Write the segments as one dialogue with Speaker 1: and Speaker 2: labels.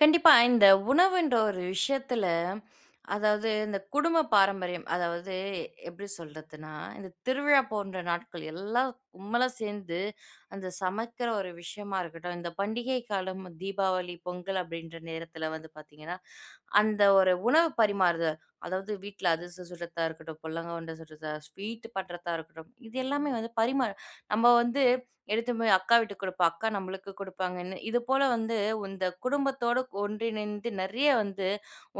Speaker 1: கண்டிப்பா. இந்த உணவுன்ற ஒரு விஷயத்துல, இந்த குடும்ப பாரம்பரியம், எப்படி சொல்றதுன்னா, இந்த திருவிழா போன்ற நாட்கள் எல்லாம் கும்பலா சேர்ந்து அந்த சமைக்கிற ஒரு விஷயமா இருக்கட்டும், இந்த பண்டிகை காலம் தீபாவளி, பொங்கல் அப்படின்ற நேரத்துல பார்த்தீங்கன்னா, அந்த ஒரு உணவு பரிமாறுதல், அதாவது வீட்ல அதிரசம் சுடுறதா இருக்கட்டும், பொல்லங்க உருண்டை சுடுறதா, ஸ்வீட் பண்றதா இருக்கட்டும், இது எல்லாமே பரிமாற நம்ம எடுத்து போய் அக்கா வீட்டுக்கு குடுப்பா. அக்கா நம்மளுக்கு குடுப்பாங்கன்னு. இது போல இந்த குடும்பத்தோட ஒன்றிணைந்து நெறைய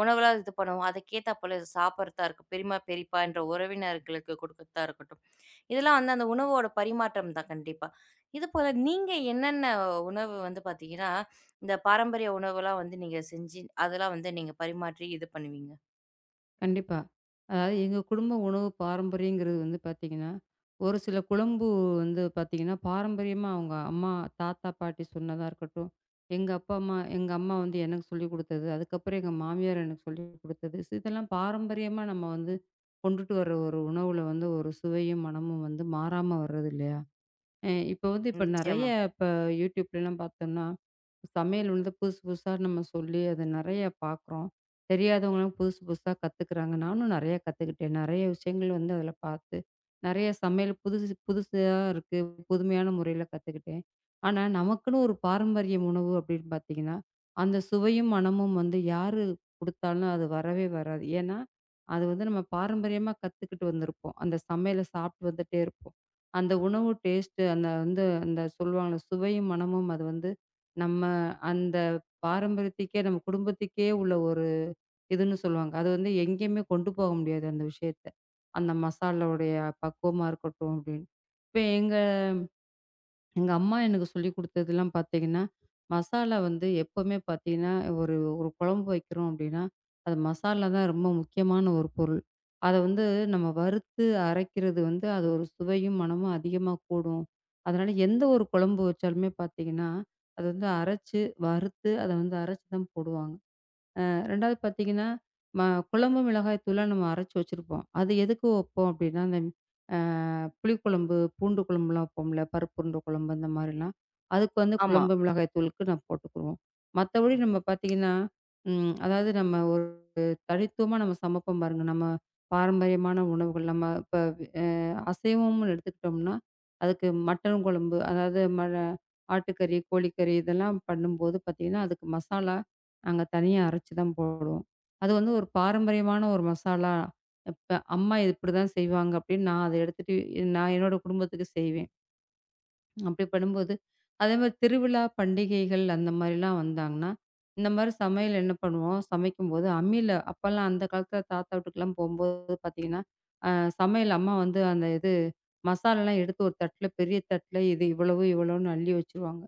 Speaker 1: உணவெல்லாம் இது பண்ணுவோம். அதுக்கேத்தாப்போல சாப்பிடுறதா இருக்கும். பெரியம்மா, பெரியப்பா என்ற உறவினர்களுக்கு குடுக்கறதா இருக்கட்டும். இதெல்லாம் அந்த உணவோட பரிமாற்றம் தான் கண்டிப்பா. இதுபோல நீங்க என்னென்ன உணவு பார்த்தீங்கன்னா, இந்த பாரம்பரிய உணவெல்லாம் நீங்க செஞ்சு, அதெல்லாம் நீங்க பரிமாற்றி இது பண்ணுவீங்க?
Speaker 2: கண்டிப்பா. அதாவது எங்க குடும்ப உணவு பாரம்பரியங்கிறது வந்து பார்த்தீங்கன்னா, ஒரு சில குழம்பு வந்து பார்த்தீங்கன்னா, பாரம்பரியமா அவங்க அம்மா, தாத்தா, பாட்டி சொன்னதா இருக்கட்டும், எங்க அப்பா, அம்மா எங்க அம்மா வந்து எனக்கு சொல்லிக் குடுத்தது, அதுக்கப்புறம் எங்க மாமியார் எனக்கு சொல்லிக் குடுத்தது. இதெல்லாம் பாரம்பரியமா நம்ம வந்து கொண்டுட்டு வர ஒரு உணவுல வந்து ஒரு சுவையும், மனமும் வந்து மாறாம வர்றது இல்லையா? இப்போ வந்து இப்போ நெறைய
Speaker 1: நிச்சயமா.
Speaker 2: இப்ப YouTubeலலாம் பார்த்தோம்னா, சமையல் வந்து புதுசு புதுசா நம்ம சொல்லி அத நெறைய பார்க்குறோம். தெரியாதவங்களும் புதுசு புதுசா கத்துக்கிறாங்க. நானும் நெறைய கத்துக்கிட்டேன். நெறைய விஷயங்கள் வந்து அதில பார்த்து. நெறைய சமையல் புதுசு புதுசா இருக்கு. புதுமையான முறையில கத்துக்கிட்டேன். ஆனா, நமக்குன்னு ஒரு பாரம்பரிய உணவு அப்படின்னு பார்த்தீங்கன்னா, அந்த சுவையும், மணமும் வந்து யாரு குடுத்தாலும் அது வரவே வராது. ஏன்னா, அது வந்து நம்ம பாரம்பரியமா கத்துக்கிட்டு வந்திருப்போம். அந்த சமையல சாப்பிட்டு வந்துட்டே இருப்போம். அந்த உணவு டேஸ்ட்டு அந்த வந்து அந்த சொல்லுவாங்கள்ல, சுவையும், மனமும் அது வந்து நம்ம அந்த பாரம்பரியத்துக்கே, நம்ம குடும்பத்துக்கே உள்ள ஒரு இதுன்னு சொல்லுவாங்க. அது வந்து எங்கேயுமே கொண்டு போக முடியாது அந்த விஷயத்த. அந்த மசாலாவுடைய பக்குவமா இருக்கட்டும் அப்படின்னு. இப்ப எங்க எங்க அம்மா எனக்கு சொல்லிக் குடுத்ததெல்லாம் பார்த்தீங்கன்னா, மசாலா வந்து எப்பவுமே பார்த்தீங்கன்னா, ஒரு ஒரு குழம்பு வைக்கிறோம் அப்படின்னா, அது மசாலா தான் ரொம்ப முக்கியமான ஒரு பொருள். அத வந்து நம்ம வறுத்து அரைக்கிறது வந்து, அது ஒரு சுவையும், மணமும் அதிகமா கூடும். அதனால எந்த ஒரு குழம்பு வச்சாலுமே பார்த்தீங்கன்னா, அது வந்து அரைச்சு, வறுத்து அத வந்து அரைச்சு தான் போடுவாங்க. 2வது பார்த்தீங்கன்னா, ம குழம்பு மிளகாய் தூள நம்ம அரைச்சு வச்சிருப்போம். அது எதுக்கு வைப்போம் அப்படின்னா, அந்த புளிக்குழம்பு, பூண்டு குழம்புலாம் வைப்போம்ல, பருப்பு உருண்டை குழம்பு அந்த மாதிரிலாம். அதுக்கு வந்து
Speaker 1: ஆமா.
Speaker 2: குழம்பு மிளகாய் தூளுக்கு நான் போட்டுக்குருவோம். மத்தபடி நம்ம பார்த்தீங்கன்னா, அதாவது நம்ம ஒரு தனித்துவமா நம்ம சமைப்போம் பாருங்க. நம்ம பாரம்பரியமான உணவுகள் நம்ம இப்ப அசைவம்னு எடுத்துக்கிட்டோம்னா, அதுக்கு மட்டன் குழம்பு, அதாவது ஆட்டுக்கறி, கோழிக்கறி இதெல்லாம் பண்ணும்போது பார்த்தீங்கன்னா, அதுக்கு மசாலா நாங்க தனியா அரைச்சு தான் போடுவோம். அது வந்து ஒரு பாரம்பரியமான ஒரு மசாலா. இப்ப அம்மா இப்படிதான் செய்வாங்க அப்படின்னு நான் அத எடுத்துட்டு நான் என்னோட குடும்பத்துக்கு செய்வேன். அப்படி பண்ணும்போது, அதே மாரி திருவிழா, பண்டிகைகள் அந்த மாரிலாம் வந்தாங்கன்னா, இந்த மாரி சமையல் என்ன பண்ணுவோம், சமைக்கும்போது அம்மில அப்பலாம் அந்த காலத்தில தாத்தா வீட்டுக்குலாம் போம்போது பார்த்தீங்கன்னா, அ சமையல் அம்மா வந்து அந்த இது மசாலாலாம் எடுத்து ஒரு தட்டில, பெரிய தட்டில இது இவ்வளவு, இவ்வளோன்னு அள்ளி வச்சுருவாங்க.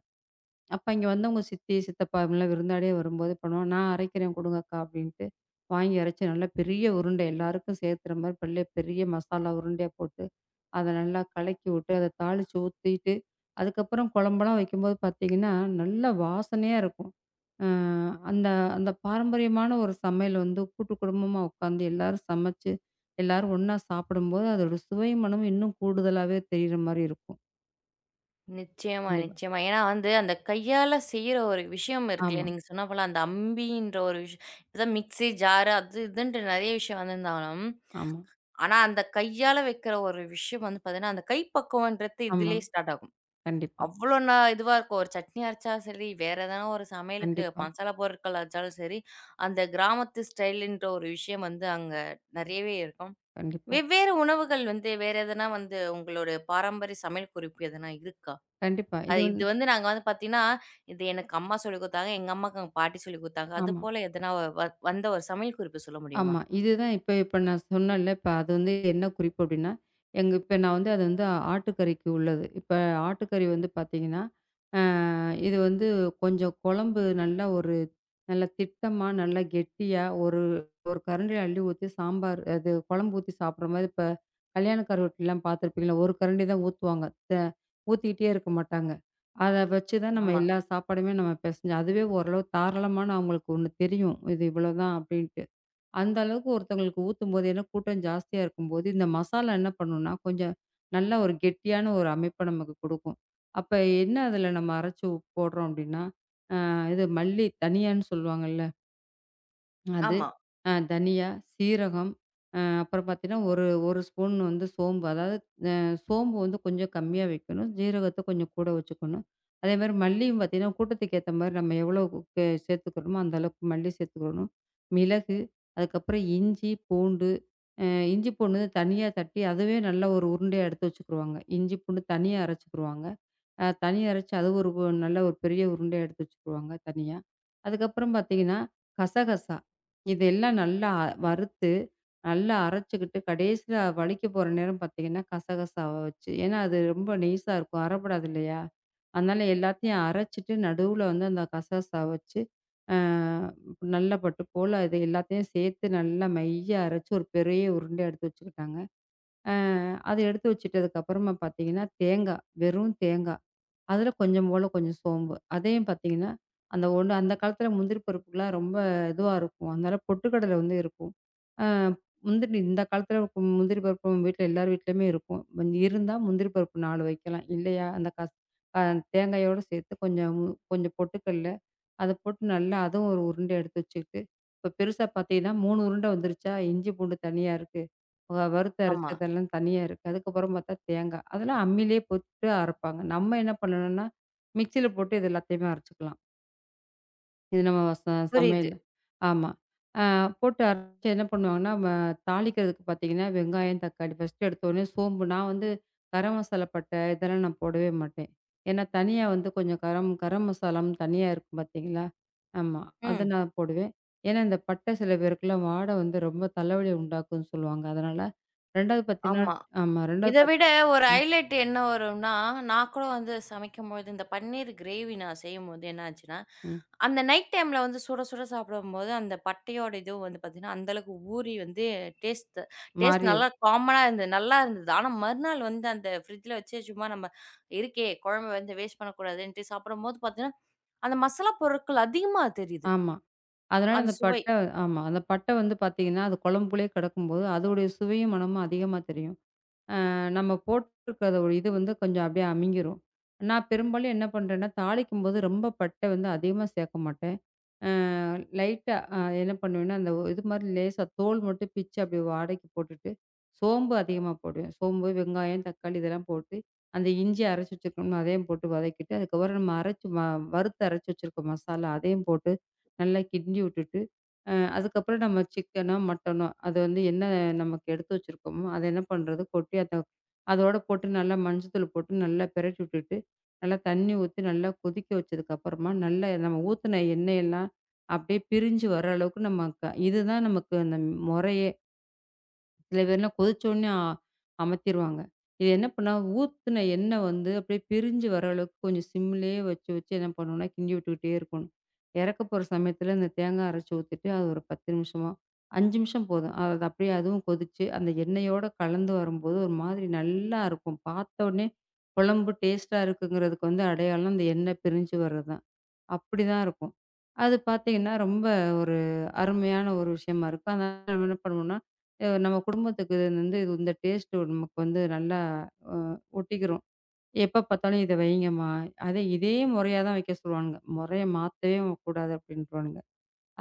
Speaker 2: அப்ப இங்க வந்தவங்க சித்தி, சித்தப்பா இவங்கலாம் விருந்தாளியே வரும்போது பண்ணுவோம், "நான் அரைக்கிறேன் குடுங்கக்கா" அப்படின்ட்டு வாங்கி அரைச்சு நல்லா பெரிய உருண்டை எல்லாருக்கும் சேர்த்துற மாரி பெல்ல பெரிய மசாலா உருண்டையா போட்டு அத நல்லா கலக்கி விட்டு, அத தாளிச்சு ஊத்திட்டு, அதுக்கப்புறம் குழம்பெல்லாம் வைக்கும்போது பார்த்தீங்கன்னா, நல்ல வாசனையா இருக்கும். அ அந்த அந்த பாரம்பரியமான ஒரு சமையல் வந்து கூட்டு குடும்பமா உட்காந்து எல்லாரும் சமைச்சு, எல்லாரும் ஒண்ணா சாப்பிடும்போது, அதோட சுவை மணமும் இன்னும் கூடுதலாவே தெரியிற மாரி இருக்கும்.
Speaker 1: நிச்சயமா,
Speaker 2: கண்டிப்பா.
Speaker 1: நிச்சயமா. ஏன்னா அந்த கையால செய்ற ஒரு விஷயம் இருக்குல்ல,
Speaker 2: ஆமா,
Speaker 1: நீங்க சொன்னா போல அந்த அம்பின்ற ஒரு விஷயம். இப்பதான் மிக்ஸி, ஜாரு அது இதுன்ட்டு நெறைய விஷயம் வந்திருந்தாலும்,
Speaker 2: ஆமா,
Speaker 1: ஆனா அந்த கையால வைக்கிற ஒரு விஷயம் பார்த்தீங்கன்னா, அந்த கைப்பக்குவன்றது
Speaker 2: ஆமா.
Speaker 1: இதுலயே ஸ்டார்ட் ஆகும்.
Speaker 2: கண்டிப்பா,
Speaker 1: அவ்வளோ ந இதுவா இருக்கும். ஒரு சட்னி அரைச்சா சரி, வேற எதனா ஒரு சமையலுக்கு
Speaker 2: கண்டிப்பா,
Speaker 1: மசாலா பொருட்கள் அரைச்சாலும் சரி, அந்த கிராமத்து ஸ்டைலுன்ற ஒரு விஷயம் அங்க நெறையவே இருக்கும்.
Speaker 2: கண்டிப்பா,
Speaker 1: வெவ்வேறு உணவுகள் வேற எதனா உங்களோட பாரம்பரிய சமையல் குறிப்பு எதனா இருக்கா?
Speaker 2: கண்டிப்பா. இது
Speaker 1: அது
Speaker 2: வந்து
Speaker 1: இது நாங்க பார்த்தீங்கன்னா, இது எனக்கு அம்மா சொல்லிக் குடுத்தாங்க. எங்க அம்மாக்கு எங்க பாட்டி சொல்லிக் குடுத்தாங்க.
Speaker 2: ஆமா.
Speaker 1: அதுபோல எதனா வ வ வந்த ஒரு சமையல் குறிப்பு சொல்ல முடியுமா?
Speaker 2: ஆமா. இதுதான் இப்ப இப்ப நான் சொன்னேன்ல, இப்ப அது வந்து என்ன குறிப்பு அப்டின்னா, எங்க இப்ப நான் வந்து அது வந்து ஆட்டுக்கறிக்கு உள்ளது. இப்ப ஆட்டுக்கறி வந்து பார்த்தீங்கன்னா, இது வந்து கொஞ்சம் குழம்பு நல்லா ஒரு நல்லா திட்டமா, நல்லா கெட்டியா ஒரு ஒரு கரண்டியில அள்ளி ஊத்தி சாம்பார் அது குழம்பு ஊத்தி சாப்பிடுற மாரி இப்ப கல்யாணக்கார வீட்லலாம் பார்த்துருப்பீங்களா? ஒரு கரண்டி தான் ஊத்துவாங்க. த ஊத்திக்கிட்டே இருக்க மாட்டாங்க. அத வச்சு தான் நம்ம
Speaker 1: ஆமா.
Speaker 2: எல்லா சாப்பாடுமே நம்ம பெசஞ்சு அதுவே ஓரளவு தாராளமான அவங்களுக்கு ஒண்ணு தெரியும். இது இவ்வளோதான் அப்டின்ட்டு. அந்த அளவுக்கு ஒருத்தவங்களுக்கு ஊத்தும்போது, ஏன்னா கூட்டம் ஜாஸ்தியா இருக்கும்போது, இந்த மசாலா என்ன பண்ணும்னா, கொஞ்சம் நல்லா ஒரு கெட்டியான ஒரு அமைப்ப நமக்கு குடுக்கும். அப்ப என்ன அதுல நம்ம அரைச்சு போடுறோம் அப்டின்னா, இது மல்லி தனியான்னு சொல்லுவாங்கல்ல. அது
Speaker 1: ஆமா.
Speaker 2: தனியா, சீரகம், அப்புறம் பார்த்தீங்கன்னா, ஒரு 1 ஸ்பூன் வந்து சோம்பு. அதாவது அ சோம்பு வந்து கொஞ்சம் கம்மியா வைக்கணும். ஜீரகத்த கொஞ்சம் கூட வச்சுக்கணும். அதேமாரி மல்லியும் பார்த்தீங்கன்னா, கூட்டத்துக்கு ஏத்த மாரி நம்ம எவ்வளோ சேர்த்துக்கிறோமோ, அந்த அளவுக்கு மல்லி சேர்த்துக்கிடணும். மிளகு, அதுக்கப்புறம் இஞ்சி, பூண்டு. அ இஞ்சி பூண்டு தனியா தட்டி, அதுவே நல்லா ஒரு உருண்டையா எடுத்து வச்சுக்கிருவாங்க. இஞ்சி பூண்டு தனியா அரைச்சுக்கிருவாங்க. தனி அரைச்சு அது ஒரு நல்ல ஒரு பெரிய உருண்டையா எடுத்து வச்சுக்குவாங்க தனியா. அதுக்கப்புறம் பார்த்தீங்கன்னா, கசகசா. இதெல்லாம் நல்லா வறுத்து, நல்லா அரைச்சுக்கிட்டு கடைசியில வலிக்க போற நேரம் பார்த்தீங்கன்னா, கசகசாவ வச்சு ஏன்னா அது ரொம்ப நெய்ஸா இருக்கும். அறப்படாது இல்லையா? அதனால எல்லாத்தையும் அரைச்சுட்டு நடுவுல வந்து அந்த கசகசாவ வச்சு, அ நல்ல பட்டு போல இது எல்லாத்தையும் சேர்த்து நல்லா மையா அரைச்சு ஒரு பெரிய உருண்டையா எடுத்து வச்சுக்கிட்டாங்க. அ அத எடுத்து வச்சுட்டதுக்கு அப்புறமா பார்த்தீங்கன்னா, தேங்கா. வெறும் தேங்கா. அதில கொஞ்சம் போல கொஞ்சம் சோம்பு. அதையும் பார்த்தீங்கன்னா, அந்த ஒண்ணு அந்த காலத்தில முந்திரி பருப்புலாம் ரொம்ப இதுவா இருக்கும். அதனால பொட்டுக்கடலை வந்து இருக்கும். அ முந்திரி இந்த காலத்தில முந்திரி பருப்பு வீட்ல எல்லார் வீட்லயுமே இருக்கும். இருந்தா முந்திரி பருப்பு 4 வைக்கலாம். இல்லையா அந்த கச அ தேங்காயோடு சேர்த்து கொஞ்சம் கொஞ்சம் பொட்டுக்கல்ல, அத போட்டு நல்லா அதுவும் ஒரு உருண்ட எடுத்து வச்சுக்கிட்டு, இப்போ பெருசா பார்த்தீங்கன்னா 3 உருண்ட வந்துருச்சா, இஞ்சி பூண்டு தனியா இருக்கு. வறுத்து
Speaker 1: ஆமா.
Speaker 2: அரைச்சதெல்லாம் தனியா இருக்கு. அதுக்கப்புறம் பார்த்தா தேங்காய். அதெல்லாம் அம்மியிலேயே போட்டு அரைப்பாங்க. நம்ம என்ன பண்ணணும்னா, மிக்ஸியில போட்டு இது எல்லாத்தையுமே அரைச்சுக்கலாம். இது நம்ம சமையல்
Speaker 1: புரியுது.
Speaker 2: ஆமா. அ போட்டு அரைச்சு என்ன பண்ணுவாங்கன்னா, தாளிக்கிறதுக்கு பார்த்தீங்கன்னா, வெங்காயம், தக்காளி ஃபர்ஸ்ட்டு எடுத்தோனே சோம்பு நான் வந்து கரம் மசாலா பட்டை இதெல்லாம் நான் போடவே மாட்டேன். ஏன்னா தனியா வந்து கொஞ்சம் கரம் கரம் மசாலான்னு தனியா இருக்கும் பார்த்தீங்களா? ஆமா. அத
Speaker 1: ம்.
Speaker 2: நான் போடுவேன். ஏன்னா இந்த பட்டை சில பேருக்குலாம் வாடை வந்து ரொம்ப தலைவலிய உண்டாக்கும்ன்னு சொல்லுவாங்க. அதனால 2வது பார்த்தீங்கன்னா
Speaker 1: ஆமா.
Speaker 2: ஆமா 2வது
Speaker 1: இத விட ஒரு
Speaker 2: ம்,
Speaker 1: ஹைலைட் என்ன வரும்னா, நான் கூட சமைக்கும்போது இந்த பன்னீர் கிரேவி நான் செய்யும்போது என்ன ஆச்சுன்னா,
Speaker 2: ம்.
Speaker 1: அந்த நைட் டைம்ல சுட சுட சாப்பிடும்போது அந்த பட்டையோட இதுவும் பார்த்தீங்கன்னா, அந்த அளவுக்கு ஊறி வந்து டேஸ்ட் டேஸ்ட்
Speaker 2: மாறி
Speaker 1: நல்லா காமனா இருந்தது. நல்லா இருந்தது. ஆனா மறுநாள் அந்த ஃப்ரிட்ஜ்ல வச்சு சும்மா நம்ம இருக்கே குழம்பு வேஸ்ட் பண்ணக்கூடாதுன்ட்டு சாப்பிடும்போது பார்த்தீங்கன்னா, அந்த மசாலா பொருட்கள் அதிகமா தெரியுது.
Speaker 2: ஆமா. அதனால
Speaker 1: அந்த
Speaker 2: அந்த
Speaker 1: சுவை.
Speaker 2: பட்டை ஆமா. அந்த பட்டை வந்து பார்த்தீங்கன்னா, அது குழம்புக்குள்ளேயே கிடக்கும்போது, அதோடைய சுவையும், மணமும் அதிகமா தெரியும். நம்ம போட்டிருக்கிற ஒரு இது வந்து கொஞ்சம் அப்படியே அமிங்கிரும். நான் பெரும்பாலும் என்ன பண்றேன்னா, தாளிக்கும்போது ரொம்ப பட்டை வந்து அதிகமா சேர்க்க மாட்டேன். அ லைட்டா என்ன பண்ணுவேன்னா, அந்த இது மாரி லேசா தோல் மட்டும் பிச்சு அப்படியே வாடைக்கு போட்டுட்டு, சோம்பு அதிகமா போடுவேன். சோம்பு, வெங்காயம், தக்காளி இதெல்லாம் போட்டு, அந்த இஞ்சி அரைச்சு வச்சிருக்கோம்ல, அதையும் போட்டு வதக்கிட்டு, அதுக்கப்புறம் நம்ம அரைச்சு வறுத்து அரைச்சு வச்சிருக்கோம் மசாலா, அதையும் போட்டு நல்லா கிண்டி விட்டுட்டு, அதுக்கப்புறம் நம்ம சிக்கனோ, மட்டனோ அது வந்து என்ன நமக்கு எடுத்து வச்சிருக்கோமோ, அதை என்ன பண்ணுறது கொட்டி அத அதோட போட்டு நல்லா மஞ்சத்தூள் போட்டு நல்லா பெரட்டி விட்டுட்டு, நல்லா தண்ணி ஊத்தி நல்லா கொதிக்க வச்சதுக்கப்புறமா, நல்லா நம்ம ஊத்துன எண்ணெயெல்லாம் அப்படியே பிரிஞ்சு வர அளவுக்கு நம்ம இதுதான் நமக்கு அந்த முறையே. சில பேர்லாம் கொதிச்சோன்னே அமத்திருவாங்க. இது என்ன பண்ணா, ஊத்துன எண்ணெய் வந்து அப்படியே பிரிஞ்சு வர அளவுக்கு கொஞ்சம் சிம்லயே வச்சு வச்சு என்ன பண்ணணும்னா, கிண்டி விட்டுக்கிட்டே இருக்கணும். இறக்க போற சமயத்துல இந்த தேங்காய் அரைச்சு ஊத்திட்டு, அது ஒரு 10 நிமிஷமோ, 5 நிமிஷம் போதும். அது அப்படியே அதுவும் கொதிச்சு, அந்த எண்ணெயோட கலந்து வரும்போது ஒரு மாதிரி நல்லா இருக்கும். பார்த்த உடனே குழம்பு டேஸ்ட்டா இருக்குங்கிறதுக்கு வந்து அடையாளம் அந்த எண்ணெய் பிரிஞ்சு வர்றது தான். அப்படிதான் இருக்கும். அது பார்த்தீங்கன்னா, ரொம்ப ஒரு அருமையான ஒரு விஷயமா இருக்கும். அதனால நம்ம என்ன பண்ணுவோம்னா நம்ம குடும்பத்துக்கு இது வந்து இது இந்த டேஸ்ட் நமக்கு வந்து நல்லா அ ஒட்டிக்கிறோம். எப்ப பார்த்தாலும் இத வைங்கம்மா. அதே இதே முறையா தான் வைக்க சொல்லுவானுங்க. முறைய மாத்தவே கூடாது அப்படின்ருவானுங்க.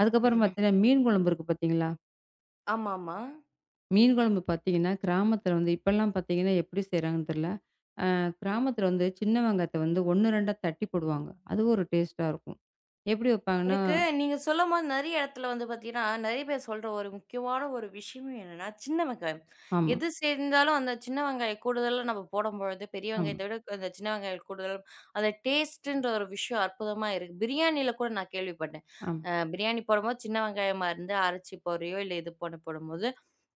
Speaker 2: அதுக்கப்புறம் பார்த்தீங்கன்னா, மீன் குழம்பு இருக்கு பார்த்தீங்களா?
Speaker 1: ஆமாமா.
Speaker 2: மீன் குழம்பு பார்த்தீங்கன்னா, கிராமத்தில வந்து இப்பலாம் பார்த்தீங்கன்னா எப்படி செய்றாங்கன்னு தெரியல. கிராமத்தில வந்து சின்ன வெங்காயத்த வந்து 1, 2ஆ தட்டி போடுவாங்க. அது ஒரு டேஸ்ட்டா இருக்கும். எப்படி வைப்பாங்கன்னா
Speaker 1: எனக்கு நீங்க சொல்லும்போது நெறைய இடத்துல பார்த்தீங்கன்னா, நெறைய பேர் சொல்ற ஒரு முக்கியமான ஒரு விஷயம் என்னன்னா, சின்ன வெங்காயம்.
Speaker 2: ஆமா,
Speaker 1: எது சேர்ந்தாலும் அந்த சின்ன வெங்காயம் கூடுதலா நம்ம போடும்பொழுது, பெரிய
Speaker 2: ஆமா,
Speaker 1: வெங்காயத்த விட அந்த சின்ன வெங்காயம் கூடுதல் அந்த டேஸ்ட்டுன்ற ஒரு விஷயம் அற்புதமா இருக்கு. பிரியாணியில கூட நான் கேள்விப்பட்டேன்.
Speaker 2: ஆமா.
Speaker 1: பிரியாணி போடும்போது சின்ன வெங்காயமா இருந்து அரைச்சு போடுறயோ, இல்ல இது போட்டு போடும்போது,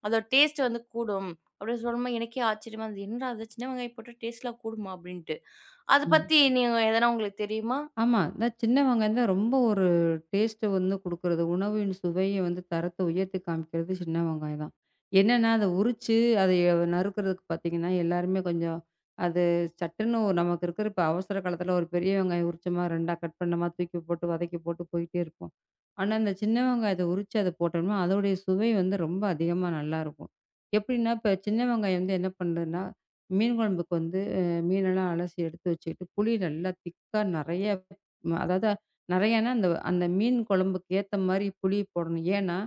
Speaker 1: அதோட டேஸ்ட் கூடும். அப்படின்னு சொல்லும்போது எனக்கே ஆச்சரியமா இருந்தது. என்னடா அது சின்ன வெங்காயம் போட்டா டேஸ்ட்லாம் கூடுமா? அப்படின்ட்டு. அத
Speaker 2: ம்.
Speaker 1: பத்தி நீங்க எதனா உங்களுக்கு தெரியுமா?
Speaker 2: ஆமா. நான் சின்ன வெங்காயம் தான் ரொம்ப ஒரு டேஸ்ட்ட வந்து குடுக்குறது. உணவின் சுவைய வந்து தரத்த உயர்த்தி காமிக்கிறது சின்ன வெங்காயம் தான். என்னன்னா, அத உரிச்சு அதைய நறுக்கிறதுக்கு பார்த்தீங்கன்னா, எல்லாருமே கொஞ்சம் அது சட்டுன்னு ஒரு நமக்கு இருக்கிற இப்ப அவசர காலத்தில ஒரு பெரிய வெங்காயம் உரிச்சோமா, 2ஆ கட் பண்ணோமா, தூக்கி போட்டு வதக்கி போட்டு போயிட்டே இருப்போம். ஆனா, இந்த சின்ன வெங்காயத்த உரிச்சு அத போட்டோம்னா, அதோடைய சுவை வந்து ரொம்ப அதிகமா நல்லாருக்கும். எப்படின்னா, இப்ப சின்ன வெங்காயம் வந்து என்ன பண்ணுதுன்னா, மீன் குழம்புக்கு வந்து மீனெல்லாம் அலசி எடுத்து வச்சுக்கிட்டு, புளி நல்லா திக்கா நெறைய அதாவது நெறையன்னா, அந்த அந்த மீன் குழம்புக்கு ஏத்த மாரி புளி போடணும். ஏன்னா,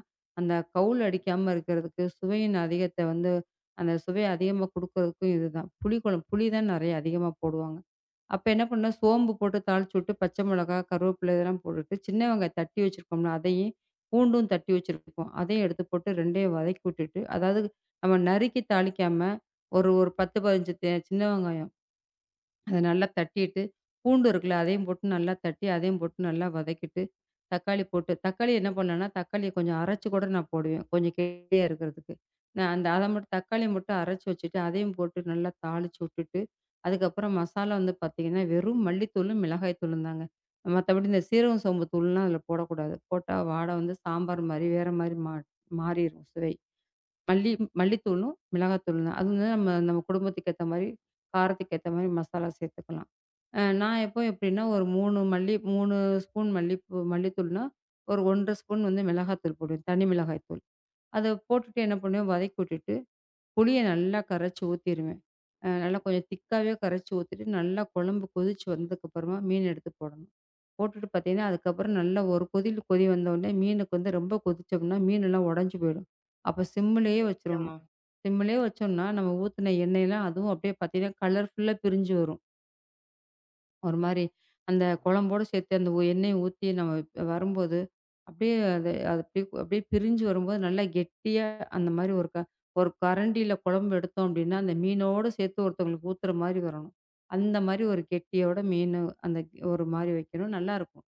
Speaker 2: அந்த கவுள் அடிக்காம இருக்கிறதுக்கு, சுவையின் அதிகத்த வந்து அந்த சுவைய அதிகமா குடுக்குறதுக்கும் இதுதான். புளி குழம்பு புளி தான் நெறைய அதிகமா போடுவாங்க. அப்ப என்ன பண்ணேன், சோம்பு போட்டு தாளிச்சு விட்டு, பச்சை மிளகா, கருவேப்பிலை இதெல்லாம் போட்டுட்டு, சின்ன வெங்காயம் தட்டி வச்சிருக்கோம்ல, அதையும் பூண்டும் தட்டி வச்சிருப்போம். அதையும் எடுத்து போட்டு 2யும் வதக்கி விட்டுட்டு, அதாவது நம்ம நறுக்கி தாளிக்காம, ஒரு ஒரு 10, 15 சின்ன வெங்காயம் அத நல்லா தட்டிட்டு, பூண்டு இருக்குல்ல அதையும் போட்டு நல்லா தட்டி, அதையும் போட்டு நல்லா வதக்கிட்டு, தக்காளி போட்டு தக்காளி என்ன பண்ணுவேன்னா, தக்காளிய கொஞ்சம் அரைச்சு கூட நான் போடுவேன். கொஞ்சம் கெட்டியா இருக்கிறதுக்கு. நான் அந்த அத மட்டும் தக்காளிய மட்டும் அரைச்சு வச்சுட்டு, அதையும் போட்டு நல்லா தாளிச்சு விட்டுட்டு, அதுக்கப்புறம் மசாலா வந்து பார்த்தீங்கன்னா, வெறும் மல்லித்தூளும், மிளகாய் தூளும் தாங்க. மத்தபடி இந்த சீரகம், சோம்பு தூள்லாம் அதில போடக்கூடாது. போட்டா வாடை வந்து சாம்பார் மாரி, வேற மாரி மாறிரும் சுவை. மல்லி மல்லித்தூளும், மிளகாத்தூளும் தான். அது வந்து நம்ம நம்ம குடும்பத்துக்கு ஏத்த மாரி, காரத்துக்கு ஏத்த மாரி மசாலா சேர்த்துக்கலாம். நான் எப்போ எப்படின்னா, ஒரு 3 மல்லி 3 ஸ்பூன் மல்லிப்பூ மல்லித்தூள்னா, ஒரு 1 1/2 ஸ்பூன் வந்து மிளகாத்தூள் போடுவேன். தனி மிளகாய் தூள். அத போட்டுட்டு என்ன பண்ணுவேன், வதக்கி விட்டுட்டு, புளிய நல்லா கரைச்சு ஊத்திருவேன். நல்லா கொஞ்சம் திக்காவே கரைச்சு ஊத்திட்டு, நல்லா குழம்பு கொதிச்சு வந்ததுக்கப்புறமா மீன் எடுத்து போடணும். போட்டுட்டு பார்த்தீங்கன்னா, அதுக்கப்புறம் நல்லா ஒரு கொதில் கொதி வந்த உடனே, மீனுக்கு வந்து ரொம்ப கொதிச்சோம்னா, மீன் எல்லாம் உடைஞ்சு போயிடும். அப்ப சிம்முலயே வச்சுரணும். சிம்முலயே வச்சோம்னா, நம்ம ஊத்துன எண்ணெயலாம் அதுவும் அப்படியே பார்த்தீங்கன்னா, கலர்ஃபுல்லா பிரிஞ்சு வரும். ஒரு மாரி அந்த குழம்போட சேர்த்து அந்த எண்ணெய ஊத்தி நம்ம இப்ப வரும்போது, அப்படியே அது அது அப்படியே அப்படியே பிரிஞ்சு வரும்போது நல்லா கெட்டியா அந்த மாரி ஒரு கரண்டியில குழம்பு எடுத்தோம் அப்படின்னா, அந்த மீனோடு சேர்த்து ஒருத்தவங்களுக்கு ஊத்துற மாரி வரணும். அந்த மாரி ஒரு கெட்டியோட ஒரு மாரி வைக்கணும். நல்லாயிருக்கும்.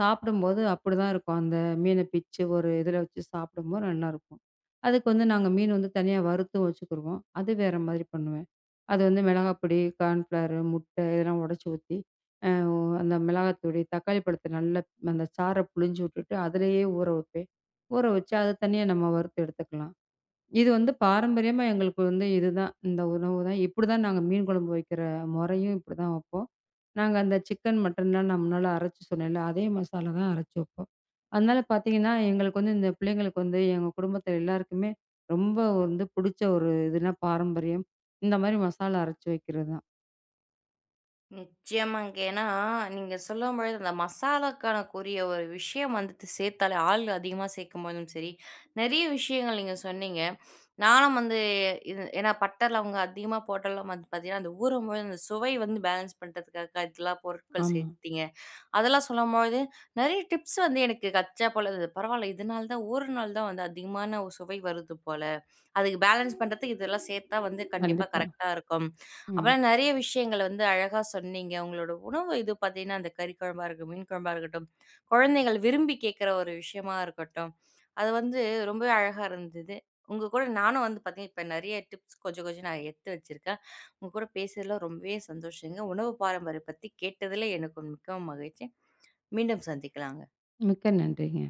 Speaker 2: சாப்பிடும்போது அப்படிதான் இருக்கும். அந்த மீன பிச்சு ஒரு இதில வச்சு சாப்பிடும்போது நல்லாயிருக்கும். அதுக்கு வந்து நாங்க மீன் வந்து தனியா வறுத்தும் வச்சுக்கிருவோம். அது வேற மாதிரி பண்ணுவேன். அது வந்து மிளகாய் பொடி, கார்ன்ஃப்ளவர், முட்டை இதெல்லாம் உடைச்சு ஊத்தி, அ ஒ அந்த மிளகாத்தூளு, தக்காளி பழத்த நல்லா அந்த சாறை புழிஞ்சு விட்டுட்டு, அதிலேயே ஊற வைப்பேன். ஊற வச்சு, அத தனியா நம்ம வறுத்து எடுத்துக்கலாம். இது வந்து பாரம்பரியமா எங்களுக்கு வந்து இதுதான். இந்த உணவு தான். இப்படிதான் நாங்க மீன் குழம்பு வைக்கிற முறையும் இப்படிதான் வைப்போம். நாங்க அந்த சிக்கன், மட்டன்லாம் நான் முன்னால அரைச்சு சொன்னேன்ல, அதே மசாலா தான் அரைச்சு வைப்போம். அதனால பார்த்தீங்கன்னா, எங்களுக்கு வந்து இந்த பிள்ளைங்களுக்கு வந்து எங்க குடும்பத்தில எல்லாருக்குமே ரொம்ப வந்து புடிச்ச ஒரு இதுனா பாரம்பரியம். இந்த மாரி மசாலா அரைச்சு வைக்கிறது தான்.
Speaker 1: நிச்சயமாங்க. ஏன்னா, நீங்க சொல்லும்பொழுது அந்த மசாலாக்கான கூறிய ஒரு விஷயம் வந்துட்டு சேர்த்தாலே ஆள் அதிகமா சேர்க்கும்போதும் சரி, நிறைய விஷயங்கள் நீங்க சொன்னீங்க. நானும் இது ஏன்னா பட்டை, லவங்கம் அதிகமா போட்டாலும் பார்த்தீங்கன்னா, அந்த ஊறும்பொழுது அந்த சுவை பேலன்ஸ் பண்றதுக்காக இதெல்லாம் பொருட்கள்
Speaker 2: ஆமா.
Speaker 1: சேர்த்தீங்க. அதெல்லாம் சொல்லும்பொழுது நிறைய டிப்ஸ் எனக்கு கச்சா போல இருந்தது. பரவால்ல இதனால தான் ஊறுனால் தான் அதிகமான சுவை வருது போல. அதுக்கு பேலன்ஸ் பண்றதுக்கு இதெல்லாம் சேர்த்தா கண்டிப்பா
Speaker 2: கண்டிப்பா.
Speaker 1: கரெக்ட்டா இருக்கும்.
Speaker 2: ம்.
Speaker 1: அப்பலாம் நெறைய விஷயங்கள அழகா சொன்னீங்க. உங்களோட உணவு இது பார்த்தீங்கன்னா, அந்த கறி குழம்பா இருக்கட்டும், மீன் குழம்பா இருக்கட்டும், குழந்தைகள் விரும்பி கேட்கிற ஒரு விஷயமா இருக்கட்டும். அது ரொம்பவே அழகா இருந்தது. உங்க கூட நானும் பார்த்தீங்கன்னா, இப்ப நெறைய டிப்ஸ் கொஞ்சம் கொஞ்சம் நான் எடுத்து வச்சிருக்கேன். உங்க கூட பேசியதில ரொம்பவே சந்தோஷங்க. உணவு பாரம்பரியம் பத்தி கேட்டதில எனக்கு மிகவும் மகிழ்ச்சி. மீண்டும் சந்திக்கலாங்க.
Speaker 2: மிக்க நன்றிங்க.